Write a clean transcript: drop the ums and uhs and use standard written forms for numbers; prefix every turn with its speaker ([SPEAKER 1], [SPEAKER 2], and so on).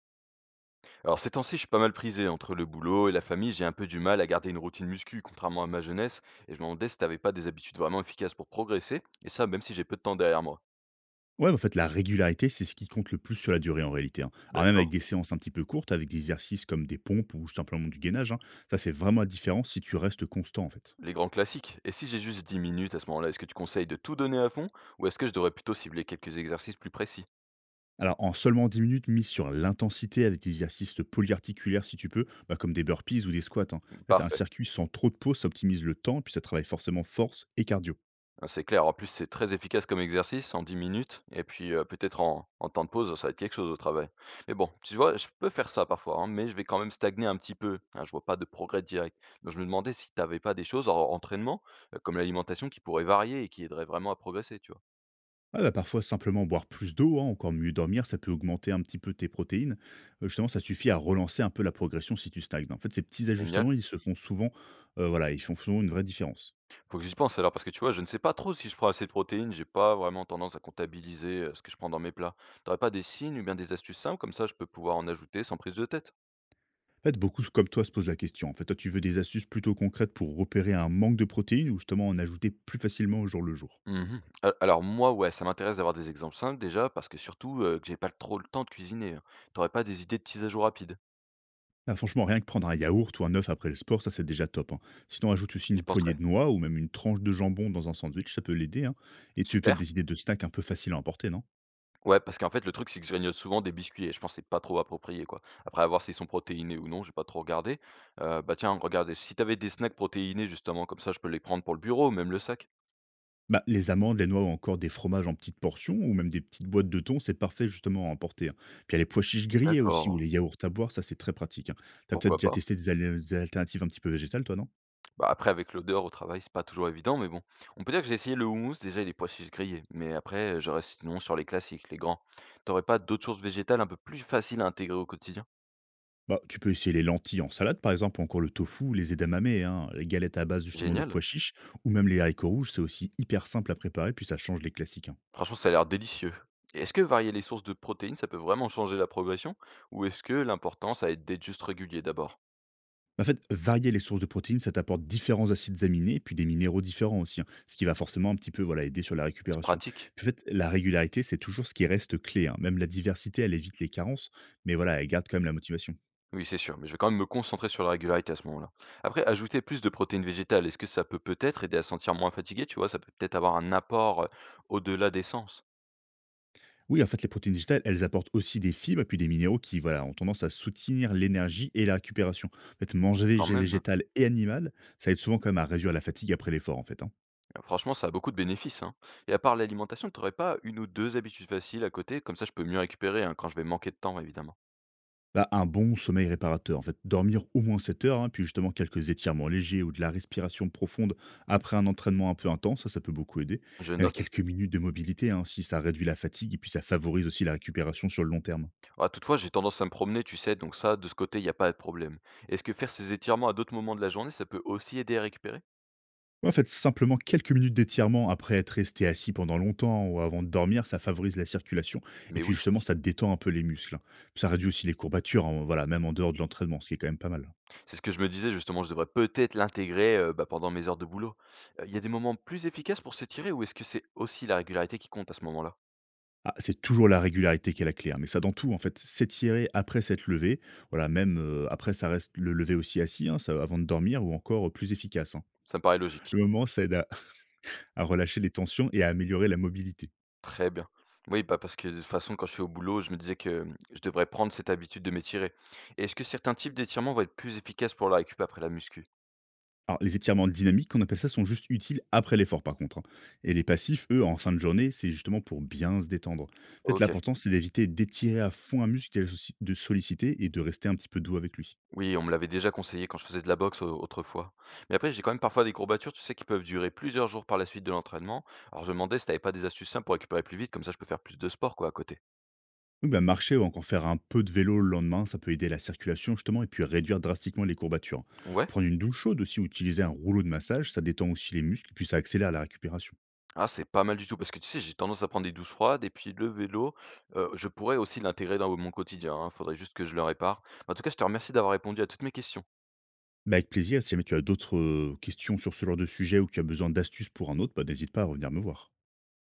[SPEAKER 1] Alors ces temps-ci, je suis pas mal prisé. Entre le boulot et la famille, j'ai un peu du mal à garder une routine muscu, contrairement à ma jeunesse. Et je me demandais si t'avais pas des habitudes vraiment efficaces pour progresser. Et ça, même si j'ai peu de temps derrière moi.
[SPEAKER 2] Ouais, en fait, la régularité, c'est ce qui compte le plus sur la durée en réalité, hein. Alors même avec
[SPEAKER 1] D'accord.
[SPEAKER 2] des séances un petit peu courtes, avec des exercices comme des pompes ou simplement du gainage, hein, ça fait vraiment la différence si tu restes constant en fait.
[SPEAKER 1] Les grands classiques. Et si j'ai juste 10 minutes à ce moment-là, est-ce que tu conseilles de tout donner à fond ou est-ce que je devrais plutôt cibler quelques exercices plus précis?
[SPEAKER 2] Alors en seulement 10 minutes, mise sur l'intensité avec des exercices polyarticulaires si tu peux, bah, comme des burpees ou des squats, hein. En fait, un
[SPEAKER 1] Parfait.
[SPEAKER 2] circuit sans trop de pause, ça optimise le temps, puis ça travaille forcément force et cardio.
[SPEAKER 1] Ah, c'est clair. En plus, c'est très efficace comme exercice en 10 minutes. Et puis, peut-être en temps de pause, ça va être quelque chose au travail. Mais bon, tu vois, je peux faire ça parfois, hein, mais je vais quand même stagner un petit peu, hein, je vois pas de progrès direct. Donc je me demandais si tu avais pas des choses hors entraînement, comme l'alimentation qui pourraient varier et qui aideraient vraiment à progresser, tu vois?
[SPEAKER 2] Ouais, bah, parfois simplement boire plus d'eau, hein, encore mieux dormir, ça peut augmenter un petit peu tes protéines. Justement, ça suffit à relancer un peu la progression si tu stagnes. En fait, ces petits
[SPEAKER 1] Génial.
[SPEAKER 2] ajustements, ils se font souvent, voilà, ils font souvent une vraie différence.
[SPEAKER 1] Faut que j'y pense alors parce que tu vois, je ne sais pas trop si je prends assez de protéines, j'ai pas vraiment tendance à comptabiliser, ce que je prends dans mes plats. T'aurais pas des signes ou bien des astuces simples comme ça je peux pouvoir en ajouter sans prise de tête?
[SPEAKER 2] En fait, beaucoup comme toi se posent la question. En fait, toi, tu veux des astuces plutôt concrètes pour repérer un manque de protéines ou justement en ajouter plus facilement au jour le jour?
[SPEAKER 1] Mmh mh. Alors moi, ouais, ça m'intéresse d'avoir des exemples simples déjà parce que surtout, que j'ai pas trop le temps de cuisiner, hein. Tu pas des idées de petits ajouts rapides?
[SPEAKER 2] Ah, franchement, rien que prendre un yaourt ou un œuf après le sport, ça, c'est déjà top, hein. Sinon, ajoute aussi une
[SPEAKER 1] J'y
[SPEAKER 2] poignée
[SPEAKER 1] penserai.
[SPEAKER 2] de noix ou même une tranche de jambon dans un sandwich, ça peut l'aider, hein, et tu as peut-être
[SPEAKER 1] Super.
[SPEAKER 2] des idées de snacks un peu faciles à emporter, non?
[SPEAKER 1] Ouais, parce qu'en fait, le truc, c'est que je grignote souvent des biscuits et je pense que c'est pas trop approprié, quoi. Après, à voir s'ils sont protéinés ou non, j'ai pas trop regardé. Bah, tiens, regarde, si t'avais des snacks protéinés justement, comme ça, je peux les prendre pour le bureau, même le sac.
[SPEAKER 2] Bah, les amandes, les noix ou encore des fromages en petites portions ou même des petites boîtes de thon, c'est parfait justement à emporter, hein. Puis il y a les pois chiches grillés aussi ou
[SPEAKER 1] D'accord,
[SPEAKER 2] les yaourts à boire, ça c'est très pratique, hein. T'as peut-être
[SPEAKER 1] pourquoi
[SPEAKER 2] déjà
[SPEAKER 1] pas?
[SPEAKER 2] testé des alternatives un petit peu végétales toi, non?
[SPEAKER 1] Bah, après avec l'odeur au travail, c'est pas toujours évident, mais bon. On peut dire que j'ai essayé le houmous, déjà il est pois chiches grillés, mais après, je reste sinon sur les classiques, les grands. T'aurais pas d'autres sources végétales un peu plus faciles à intégrer au quotidien?
[SPEAKER 2] Bah, tu peux essayer les lentilles en salade par exemple, ou encore le tofu, les edamame, hein, les galettes à base justement de
[SPEAKER 1] Génial.
[SPEAKER 2] pois chiches ou même les haricots rouges, c'est aussi hyper simple à préparer puis ça change les classiques, hein.
[SPEAKER 1] Franchement, ça a l'air délicieux. Et est-ce que varier les sources de protéines, ça peut vraiment changer la progression? Ou est-ce que l'important, ça va être d'être juste régulier d'abord?
[SPEAKER 2] En fait, varier les sources de protéines, ça t'apporte différents acides aminés, puis des minéraux différents aussi, hein, ce qui va forcément un petit peu voilà, aider sur la
[SPEAKER 1] C'est
[SPEAKER 2] récupération.
[SPEAKER 1] pratique.
[SPEAKER 2] Puis en fait, la régularité, c'est toujours ce qui reste clé, hein. Même la diversité, elle évite les carences, mais voilà, elle garde quand même la motivation.
[SPEAKER 1] Oui, c'est sûr, mais je vais quand même me concentrer sur la régularité à ce moment-là. Après, ajouter plus de protéines végétales, est-ce que ça peut peut-être aider à se sentir moins fatigué, tu vois? Ça peut peut-être avoir un apport, au-delà des sens,
[SPEAKER 2] Oui, en fait, les protéines végétales, elles apportent aussi des fibres, puis des minéraux qui voilà, ont tendance à soutenir l'énergie et la récupération. En fait, manger
[SPEAKER 1] quand même.
[SPEAKER 2] végétal et animal, ça aide souvent quand même à réduire la fatigue après l'effort, en fait, hein.
[SPEAKER 1] Ah, franchement, ça a beaucoup de bénéfices, hein. Et à part l'alimentation, tu n'aurais pas une ou 2 habitudes faciles à côté? Comme ça, je peux mieux récupérer, hein, quand je vais manquer de temps, évidemment.
[SPEAKER 2] Bah, un bon sommeil réparateur, en fait. Dormir au moins 7 heures, hein, puis justement quelques étirements légers ou de la respiration profonde après un entraînement un peu intense, ça peut beaucoup aider.
[SPEAKER 1] Je
[SPEAKER 2] Même
[SPEAKER 1] note.
[SPEAKER 2] quelques minutes de mobilité, hein, si ça réduit la fatigue et puis ça favorise aussi la récupération sur le long terme.
[SPEAKER 1] Ah, toutefois, j'ai tendance à me promener, tu sais, donc ça, de ce côté, il n'y a pas de problème. Est-ce que faire ces étirements à d'autres moments de la journée, ça peut aussi aider à récupérer?
[SPEAKER 2] Ouais, en fait, simplement quelques minutes d'étirement après être resté assis pendant longtemps ou avant de dormir, ça favorise la circulation et
[SPEAKER 1] Mais
[SPEAKER 2] puis
[SPEAKER 1] oui,
[SPEAKER 2] justement ça détend un peu les muscles, hein. Ça réduit aussi les courbatures, hein, voilà, même en dehors de l'entraînement, ce qui est quand même pas mal.
[SPEAKER 1] c'est ce que je me disais justement, je devrais peut-être l'intégrer, bah, pendant mes heures de boulot. Il y a des moments plus efficaces pour s'étirer ou est-ce que c'est aussi la régularité qui compte à ce moment-là?
[SPEAKER 2] Ah, c'est toujours la régularité qui est la clé, hein, mais ça dans tout en fait. S'étirer après s'être levé, voilà, même après ça reste le lever aussi assis, hein, avant de dormir ou encore plus efficace, hein.
[SPEAKER 1] Ça me paraît logique.
[SPEAKER 2] Le moment, ça aide à relâcher les tensions et à améliorer la mobilité.
[SPEAKER 1] Très bien. Oui, bah, parce que de toute façon, quand je suis au boulot, je me disais que mmh, je devrais prendre cette habitude de m'étirer. Et est-ce que certains types d'étirements vont être plus efficaces pour la récup après la muscu?
[SPEAKER 2] Alors les étirements dynamiques, on appelle ça, sont juste utiles après l'effort par contre, hein. Et les passifs, eux, en fin de journée, c'est justement pour bien se détendre. En fait,
[SPEAKER 1] OK.
[SPEAKER 2] l'important, c'est d'éviter d'étirer à fond un muscle et de de solliciter et de rester un petit peu doux avec lui.
[SPEAKER 1] Oui, on me l'avait déjà conseillé quand je faisais de la boxe au autrefois. Mais après, j'ai quand même parfois des courbatures, tu sais, qui peuvent durer plusieurs jours par la suite de l'entraînement. Alors je me demandais si t'avais pas des astuces simples pour récupérer plus vite, comme ça je peux faire plus de sport, quoi, à côté.
[SPEAKER 2] Oui, bah, marcher ou encore faire un peu de vélo le lendemain, ça peut aider la circulation justement et puis réduire drastiquement les courbatures.
[SPEAKER 1] Ouais?
[SPEAKER 2] Prendre une douche chaude aussi, ou utiliser un rouleau de massage, ça détend aussi les muscles et puis ça accélère la récupération.
[SPEAKER 1] Ah, c'est pas mal du tout, parce que tu sais, j'ai tendance à prendre des douches froides et puis le vélo, je pourrais aussi l'intégrer dans mon quotidien, hein. Faudrait juste que je le répare. En tout cas, je te remercie d'avoir répondu à toutes mes questions.
[SPEAKER 2] Bah, avec plaisir, si jamais tu as d'autres questions sur ce genre de sujet ou que tu as besoin d'astuces pour un autre, bah, n'hésite pas à revenir me voir.